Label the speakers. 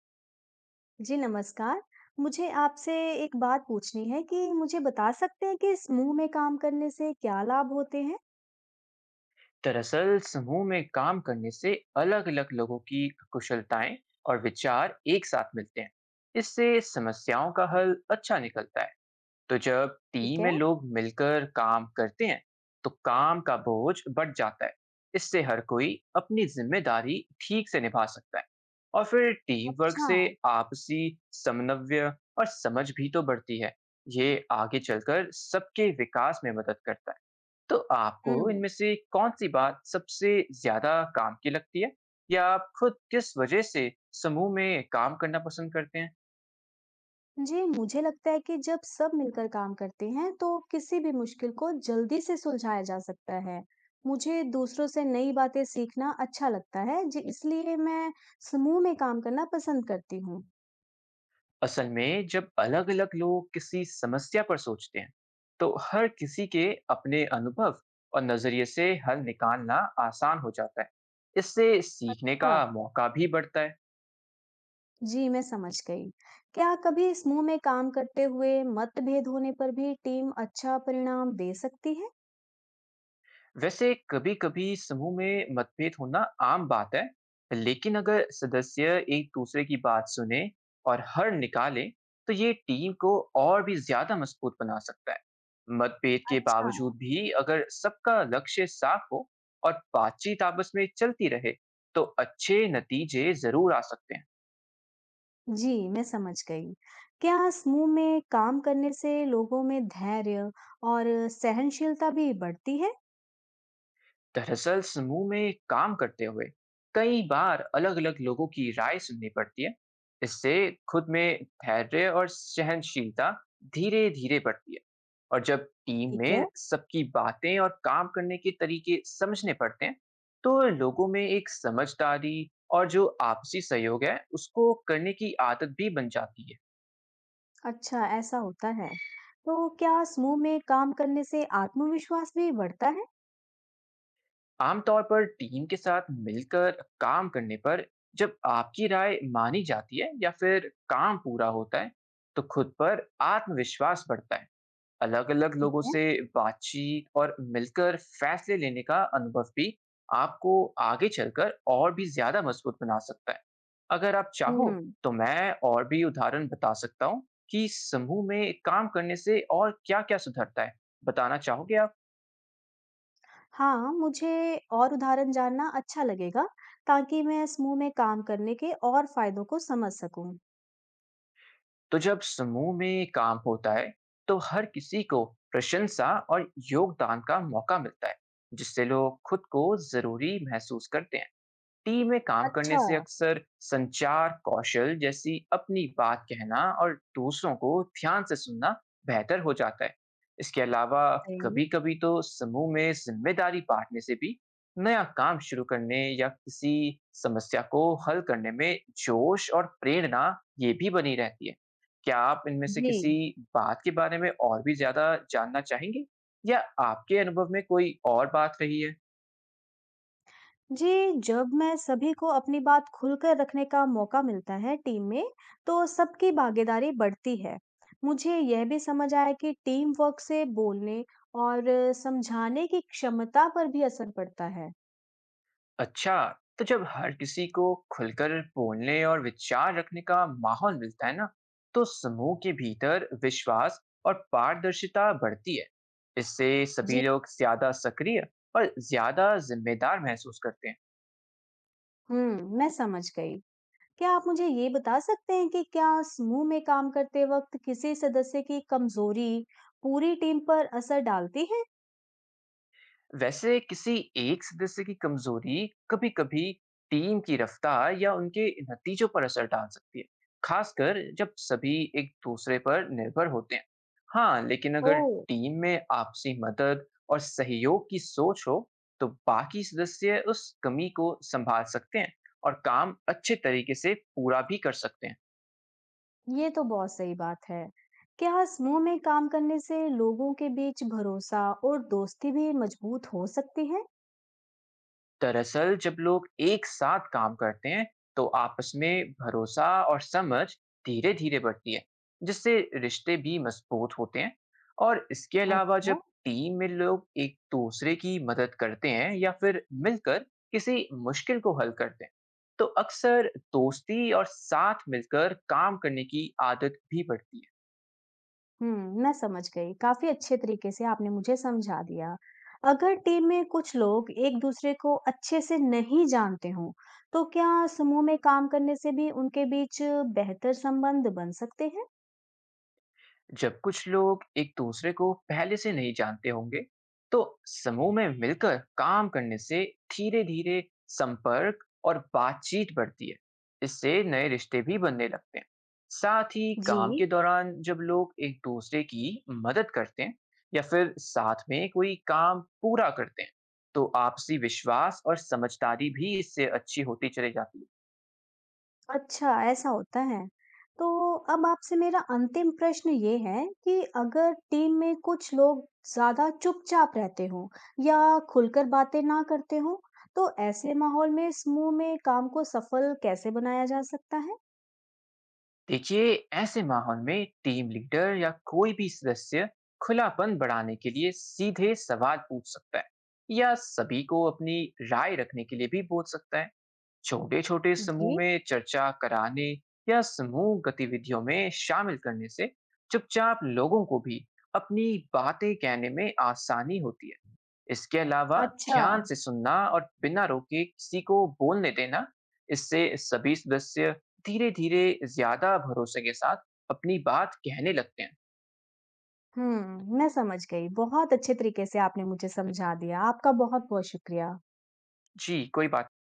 Speaker 1: जी नमस्कार। मुझे आपसे एक बात पूछनी है कि मुझे बता सकते हैं कि समूह में काम करने से क्या लाभ होते हैं?
Speaker 2: दरअसल समूह में काम करने से अलग अलग लोगों की कुशलताएं और विचार एक साथ मिलते हैं। इससे समस्याओं का हल अच्छा निकलता है। तो जब
Speaker 1: ठीक
Speaker 2: टीम
Speaker 1: है।
Speaker 2: में लोग मिलकर काम करते हैं तो काम का बोझ बढ़ जाता है। इससे हर कोई अपनी जिम्मेदारी ठीक से निभा सकता है। और फिर टीम वर्क
Speaker 1: अच्छा।
Speaker 2: से आपसी समन्वय और समझ भी तो बढ़ती है। ये आगे चलकर सबके विकास में मदद करता है। तो आपको
Speaker 1: हम्म।
Speaker 2: इनमें से कौन-सी बात सबसे ज़्यादा काम की लगती है? या आप खुद किस वजह से समूह में काम करना पसंद करते हैं?
Speaker 1: जी मुझे लगता है कि जब सब मिलकर काम करते हैं तो किसी भी मुश्किल को जल्दी से सुलझाया जा सकता है। मुझे दूसरों से नई बातें सीखना अच्छा लगता है जी, इसलिए मैं समूह में काम करना पसंद करती हूँ।
Speaker 2: असल में जब अलग-अलग लोग किसी समस्या पर सोचते हैं, तो हर किसी के अपने अनुभव और नज़रिए से हल निकालना आसान हो जाता है। इससे सीखने का
Speaker 1: अच्छा।
Speaker 2: मौका भी बढ़ता है।
Speaker 1: जी, मैं समझ गई। क्या कभी समूह में काम करते हुए मतभेद होने पर भी टीम अच्छा परिणाम दे सकती है?
Speaker 2: वैसे कभी-कभी समूह में मतभेद होना आम बात है, लेकिन अगर सदस्य एक दूसरे की बात सुने और हल निकाले, तो ये टीम को और भी ज्यादा मजबूत बना सकता है। मतभेद के
Speaker 1: अच्छा।
Speaker 2: बावजूद भी अगर सबका लक्ष्य साफ हो और बातचीत आपस में चलती रहे, तो अच्छे नतीजे जरूर आ सकते हैं।
Speaker 1: जी, मैं समझ गई। क्या समूह में काम करने से लोगों में धैर्य और सहनशीलता भी बढ़ती है?
Speaker 2: दरअसल समूह में काम करते हुए कई बार अलग अलग लोगों की राय सुननी पड़ती है। इससे खुद में धैर्य और सहनशीलता धीरे धीरे बढ़ती है। और जब टीम
Speaker 1: ठीक है।
Speaker 2: में सबकी बातें और काम करने के तरीके समझने पड़ते हैं तो लोगों में एक समझदारी और जो आपसी सहयोग है उसको करने की आदत भी बन जाती है।
Speaker 1: अच्छा, ऐसा होता है। तो क्या समूह में काम करने से आत्मविश्वास भी बढ़ता है?
Speaker 2: आमतौर पर टीम के साथ मिलकर काम करने पर जब आपकी राय मानी जाती है या फिर काम पूरा होता है, तो खुद पर आत्मविश्वास बढ़ता है। अलग-अलग
Speaker 1: ठीक
Speaker 2: लोगों
Speaker 1: है।
Speaker 2: से बातचीत और मिलकर फैसले लेने का अनुभव भी आपको आगे चलकर और भी ज्यादा मजबूत बना सकता है। अगर आप चाहो,
Speaker 1: हुँ।
Speaker 2: तो मैं और भी उदाहरण बता सकता हूँ कि समूह में काम करने से और क्या-क्या सुधरता है। बताना चाहोगे आप?
Speaker 1: हाँ, मुझे और उदाहरण जानना अच्छा लगेगा ताकि मैं समूह में काम करने के और फायदों को समझ सकूं।
Speaker 2: तो जब समूह में काम होता है तो हर किसी को प्रशंसा और योगदान का मौका मिलता है, जिससे लोग खुद को जरूरी महसूस करते हैं। टीम में काम करने
Speaker 1: अच्छा,
Speaker 2: से अक्सर संचार कौशल जैसी अपनी बात कहना और दूसरों को ध्यान से सुनना बेहतर हो जाता है। इसके अलावा
Speaker 1: बताइए।
Speaker 2: कभी कभी तो समूह में जिम्मेदारी बांटने से भी नया काम शुरू करने या किसी समस्या को हल करने में जोश और प्रेरणा ये भी बनी रहती है। क्या आप इनमें से
Speaker 1: जी,
Speaker 2: किसी बात के बारे में और भी ज्यादा जानना चाहेंगे या आपके अनुभव में कोई और बात रही है?
Speaker 1: जी, जब मैं सभी को अपनी बात खुलकर रखने का मौका मिलता है टीम में, तो सबकी भागीदारी बढ़ती है। मुझे यह भी समझ आया कि टीम वर्क से बोलने और समझाने की क्षमता पर भी असर पड़ता है।
Speaker 2: अच्छा, तो जब हर किसी को खुलकर बोलने और विचार रखने का माहौल मिलता है ना, तो समूह के भीतर विश्वास और पारदर्शिता बढ़ती है। इससे
Speaker 1: जी।
Speaker 2: सभी लोग ज्यादा सक्रिय और ज्यादा जिम्मेदार महसूस करते हैं।
Speaker 1: मैं समझ गई। क्या आप मुझे ये बता सकते हैं कि क्या समूह में काम करते वक्त किसी सदस्य की कमजोरी पूरी टीम पर असर डालती है?
Speaker 2: वैसे किसी एक सदस्य की कमजोरी कभी-कभी टीम की रफ्तार या उनके नतीजों पर असर डाल सकती है, खासकर जब सभी एक दूसरे पर निर्भर होते हैं। हाँ, लेकिन अगर
Speaker 1: ओह,
Speaker 2: टीम में आपसी मदद और सहयोग की सोच हो, तो बाकी सदस्य उस कमी को संभाल सकते हैं और काम अच्छे तरीके से पूरा भी कर सकते हैं।
Speaker 1: ये तो बहुत सही बात है। क्या समूह में काम करने से लोगों के बीच भरोसा और दोस्ती भी मजबूत हो सकती है?
Speaker 2: दरअसल जब लोग एक साथ काम करते हैं तो आपस में भरोसा और समझ धीरे धीरे बढ़ती है, जिससे रिश्ते भी मजबूत होते हैं। और इसके अलावा जब
Speaker 1: अच्छा।
Speaker 2: टीम में लोग एक दूसरे की मदद करते हैं या फिर मिलकर किसी मुश्किल को हल करते हैं, तो अक्सर दोस्ती और साथ मिलकर काम करने की आदत भी बढ़ती है।
Speaker 1: हुँ, मैं समझ गई। काफ़ी अच्छे तरीके से आपने मुझे समझा दिया। अगर टीम में कुछ लोग एक-दूसरे को अच्छे से नहीं जानते हों, तो क्या समूह में काम करने से भी उनके बीच बेहतर संबंध बन सकते हैं?
Speaker 2: जब कुछ लोग एक दूसरे को पहले से नहीं जानते होंगे तो समूह में मिलकर काम करने से धीरे धीरे संपर्क और बातचीत बढ़ती है। इससे नए रिश्ते भी बनने लगते हैं। साथ ही काम
Speaker 1: जी।
Speaker 2: के दौरान जब लोग एक दूसरे की मदद करते हैं या फिर साथ में कोई काम पूरा करते हैं, तो आपसी विश्वास और समझदारी भी इससे अच्छी होती चली जाती है।
Speaker 1: अच्छा, ऐसा होता है। तो अब आपसे मेरा अंतिम प्रश्न ये है कि अगर टीम में कुछ लोग ज़्यादा चुपचाप रहते हों या खुलकर बातें ना करते हों, तो ऐसे माहौल में समूह में काम को सफल कैसे बनाया जा सकता है?
Speaker 2: देखिए, ऐसे माहौल में टीम लीडर या कोई भी सदस्य खुलापन बढ़ाने के लिए सीधे सवाल पूछ सकता है या सभी को अपनी राय रखने के लिए भी बोल सकता है। छोटे छोटे समूह
Speaker 1: जी,
Speaker 2: में चर्चा कराने या समूह गतिविधियों में शामिल करने से चुपचाप लोगों को भी अपनी बातें कहने में आसानी होती है। इसके अलावा
Speaker 1: अच्छा।
Speaker 2: ध्यान से सुनना और बिना रोके किसी को बोलने देना, इससे सभी सदस्य धीरे-धीरे ज़्यादा भरोसे के साथ अपनी बात कहने लगते हैं।
Speaker 1: हुँ, मैं समझ गई। बहुत अच्छे तरीके से आपने मुझे समझा दिया। आपका बहुत-बहुत शुक्रिया।
Speaker 2: जी, कोई बात